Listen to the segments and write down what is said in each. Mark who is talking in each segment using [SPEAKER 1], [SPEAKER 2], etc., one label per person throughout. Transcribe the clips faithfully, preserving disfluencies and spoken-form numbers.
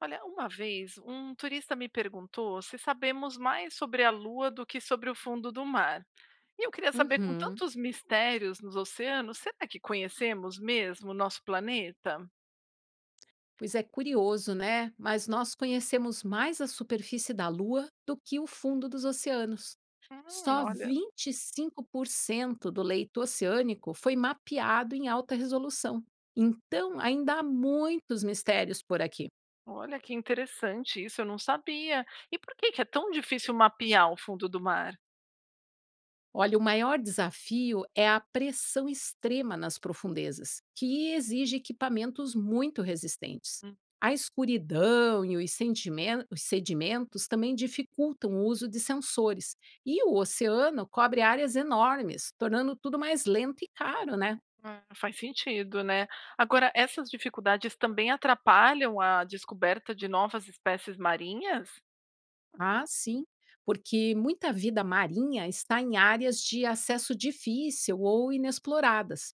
[SPEAKER 1] Olha, uma vez um turista me perguntou se sabemos mais sobre a Lua do que sobre o fundo do mar. E eu queria saber, com
[SPEAKER 2] Uhum.
[SPEAKER 1] tantos mistérios nos oceanos, será que conhecemos mesmo o nosso planeta?
[SPEAKER 2] Pois é curioso, né? Mas nós conhecemos mais a superfície da Lua do que o fundo dos oceanos.
[SPEAKER 1] Hum,
[SPEAKER 2] Só
[SPEAKER 1] olha,
[SPEAKER 2] vinte e cinco por cento do leito oceânico foi mapeado em alta resolução. Então, ainda há muitos mistérios por aqui.
[SPEAKER 1] Olha que interessante isso, eu não sabia. E por que que é tão difícil mapear o fundo do mar?
[SPEAKER 2] Olha, o maior desafio é a pressão extrema nas profundezas, que exige equipamentos muito resistentes.
[SPEAKER 1] Hum,
[SPEAKER 2] A escuridão e os sentimen- os sedimentos também dificultam o uso de sensores. E o oceano cobre áreas enormes, tornando tudo mais lento e caro, né?
[SPEAKER 1] é, Faz sentido, né? Agora, essas dificuldades também atrapalham a descoberta de novas espécies marinhas?
[SPEAKER 2] Ah, sim, porque muita vida marinha está em áreas de acesso difícil ou inexploradas.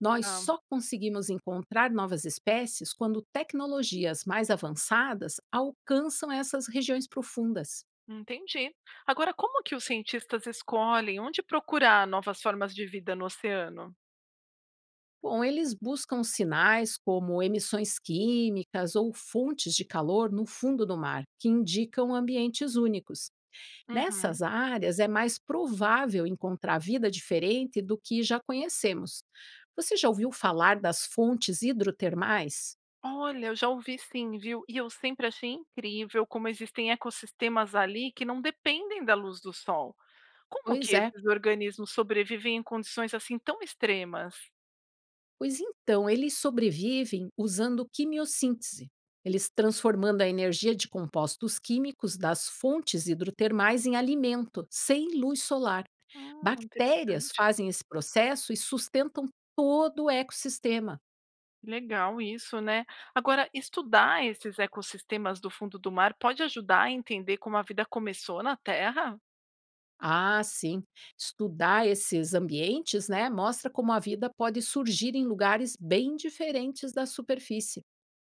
[SPEAKER 2] Nós
[SPEAKER 1] Ah,
[SPEAKER 2] só conseguimos encontrar novas espécies quando tecnologias mais avançadas alcançam essas regiões profundas.
[SPEAKER 1] entendi. Agora, como que os cientistas escolhem onde procurar novas formas de vida no oceano?
[SPEAKER 2] Bom, eles buscam sinais como emissões químicas ou fontes de calor no fundo do mar, que indicam ambientes únicos.
[SPEAKER 1] Uhum.
[SPEAKER 2] Nessas áreas é mais provável encontrar vida diferente do que já conhecemos. Você já ouviu falar das fontes hidrotermais?
[SPEAKER 1] Olha, eu já ouvi sim, viu? E eu sempre achei incrível como existem ecossistemas ali que não dependem da luz do sol. Como
[SPEAKER 2] Pois
[SPEAKER 1] que
[SPEAKER 2] é,
[SPEAKER 1] esses organismos sobrevivem em condições assim tão extremas?
[SPEAKER 2] pois então eles sobrevivem usando quimiossíntese. Eles transformando a energia de compostos químicos das fontes hidrotermais em alimento, sem luz solar.
[SPEAKER 1] Hum,
[SPEAKER 2] Bactérias
[SPEAKER 1] interessante.
[SPEAKER 2] fazem esse processo e sustentam todo o ecossistema.
[SPEAKER 1] Legal isso, né? Agora, estudar esses ecossistemas do fundo do mar pode ajudar a entender como a vida começou na Terra?
[SPEAKER 2] Ah, sim. Estudar esses ambientes, né, mostra como a vida pode surgir em lugares bem diferentes da superfície.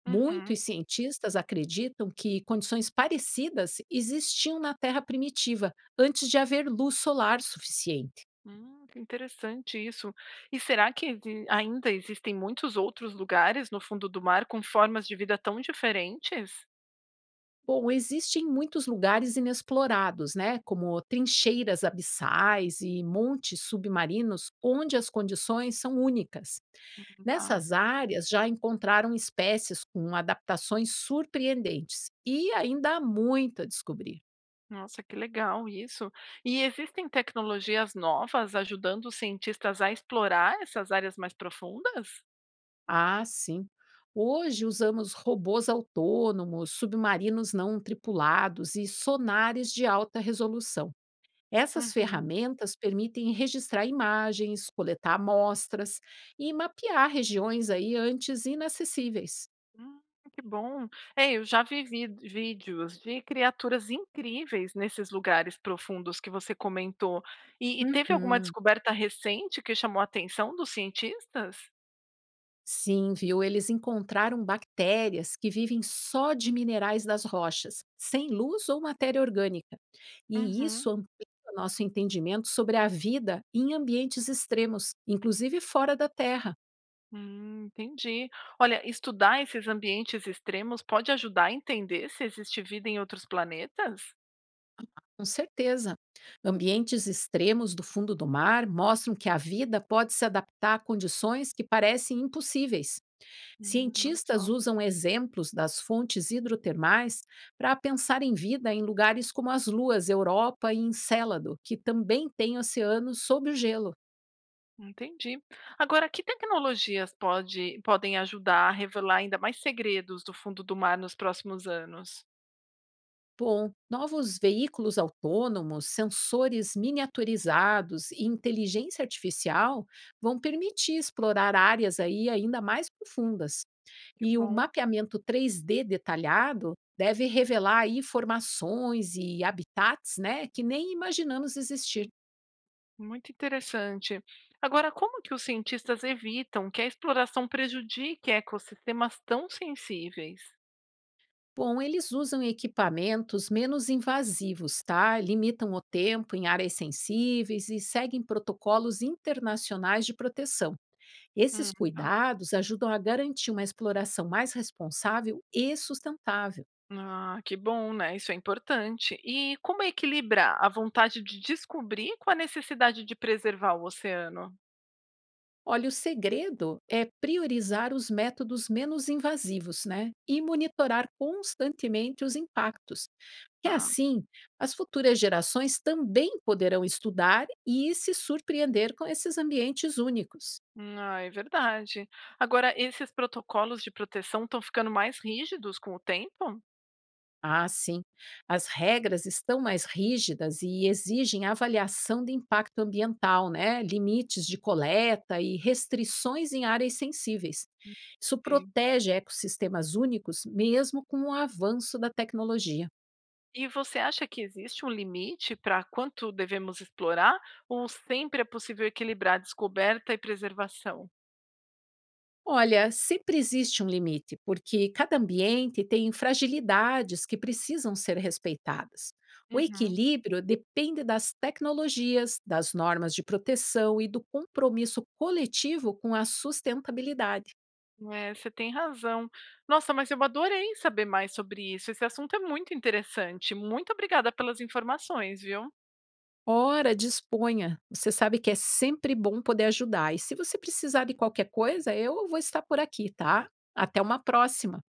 [SPEAKER 1] Uhum.
[SPEAKER 2] Muitos cientistas acreditam que condições parecidas existiam na Terra primitiva, antes de haver luz solar suficiente.
[SPEAKER 1] Hum, que interessante isso. E será que exi ainda existem muitos outros lugares no fundo do mar com formas de vida tão diferentes?
[SPEAKER 2] Bom, existem muitos lugares inexplorados, né, como trincheiras abissais e montes submarinos, onde as condições são únicas.
[SPEAKER 1] Tá.
[SPEAKER 2] Nessas áreas já encontraram espécies com adaptações surpreendentes e ainda há muito a descobrir.
[SPEAKER 1] Nossa, que legal isso. E existem tecnologias novas ajudando os cientistas a explorar essas áreas mais profundas?
[SPEAKER 2] Ah, sim. Hoje usamos robôs autônomos, submarinos não tripulados e sonares de alta resolução. Essas
[SPEAKER 1] Uhum.
[SPEAKER 2] ferramentas permitem registrar imagens, coletar amostras e mapear regiões aí antes inacessíveis.
[SPEAKER 1] Hum, que bom. É, eu já vi vid- vídeos de criaturas incríveis nesses lugares profundos que você comentou. E, e teve alguma
[SPEAKER 2] Uhum.
[SPEAKER 1] descoberta recente que chamou a atenção dos cientistas?
[SPEAKER 2] Sim, viu? Eles encontraram bactérias que vivem só de minerais das rochas, sem luz ou matéria orgânica. E
[SPEAKER 1] Uhum.
[SPEAKER 2] isso amplia o nosso entendimento sobre a vida em ambientes extremos, inclusive fora da Terra.
[SPEAKER 1] Hum, entendi. Olha, estudar esses ambientes extremos pode ajudar a entender se existe vida em outros planetas?
[SPEAKER 2] Com certeza. Ambientes extremos do fundo do mar mostram que a vida pode se adaptar a condições que parecem impossíveis.
[SPEAKER 1] Hum, olha
[SPEAKER 2] Cientistas
[SPEAKER 1] só,
[SPEAKER 2] usam exemplos das fontes hidrotermais para pensar em vida em lugares como as luas Europa e Encélado, que também têm oceanos sob o gelo.
[SPEAKER 1] entendi. Agora, que tecnologias pode, podem ajudar a revelar ainda mais segredos do fundo do mar nos próximos anos?
[SPEAKER 2] Bom, novos veículos autônomos, sensores miniaturizados e inteligência artificial vão permitir explorar áreas aí ainda mais profundas.
[SPEAKER 1] Que
[SPEAKER 2] E o
[SPEAKER 1] bom,
[SPEAKER 2] mapeamento três D detalhado deve revelar aí formações e habitats, né, que nem imaginamos existir.
[SPEAKER 1] muito interessante. Agora, como que os cientistas evitam que a exploração prejudique ecossistemas tão sensíveis?
[SPEAKER 2] Bom, eles usam equipamentos menos invasivos, tá? Limitam o tempo em áreas sensíveis e seguem protocolos internacionais de proteção.
[SPEAKER 1] Hum.
[SPEAKER 2] Esses cuidados ajudam a garantir uma exploração mais responsável e sustentável.
[SPEAKER 1] Ah, que bom, né? Isso é importante. E como equilibrar a vontade de descobrir com a necessidade de preservar o oceano?
[SPEAKER 2] Olha, o segredo é priorizar os métodos menos invasivos, né? E monitorar constantemente os impactos. Que
[SPEAKER 1] Tá.
[SPEAKER 2] assim, as futuras gerações também poderão estudar e se surpreender com esses ambientes únicos.
[SPEAKER 1] Ah, é verdade. Agora, esses protocolos de proteção estão ficando mais rígidos com o tempo?
[SPEAKER 2] Ah, sim. As regras estão mais rígidas e exigem avaliação de impacto ambiental, né? Limites de coleta e restrições em áreas sensíveis. Isso
[SPEAKER 1] Ok.
[SPEAKER 2] protege ecossistemas únicos, mesmo com o avanço da tecnologia.
[SPEAKER 1] E você acha que existe um limite para quanto devemos explorar? Ou sempre é possível equilibrar descoberta e preservação?
[SPEAKER 2] Olha, sempre existe um limite, porque cada ambiente tem fragilidades que precisam ser respeitadas. O
[SPEAKER 1] Uhum.
[SPEAKER 2] equilíbrio depende das tecnologias, das normas de proteção e do compromisso coletivo com a sustentabilidade.
[SPEAKER 1] É, você tem razão. Nossa, mas eu adorei saber mais sobre isso. Esse assunto é muito interessante. Muito obrigada pelas informações, viu?
[SPEAKER 2] Ora, disponha. Você sabe que é sempre bom poder ajudar. E se você precisar de qualquer coisa, eu vou estar por aqui, tá? Até uma próxima.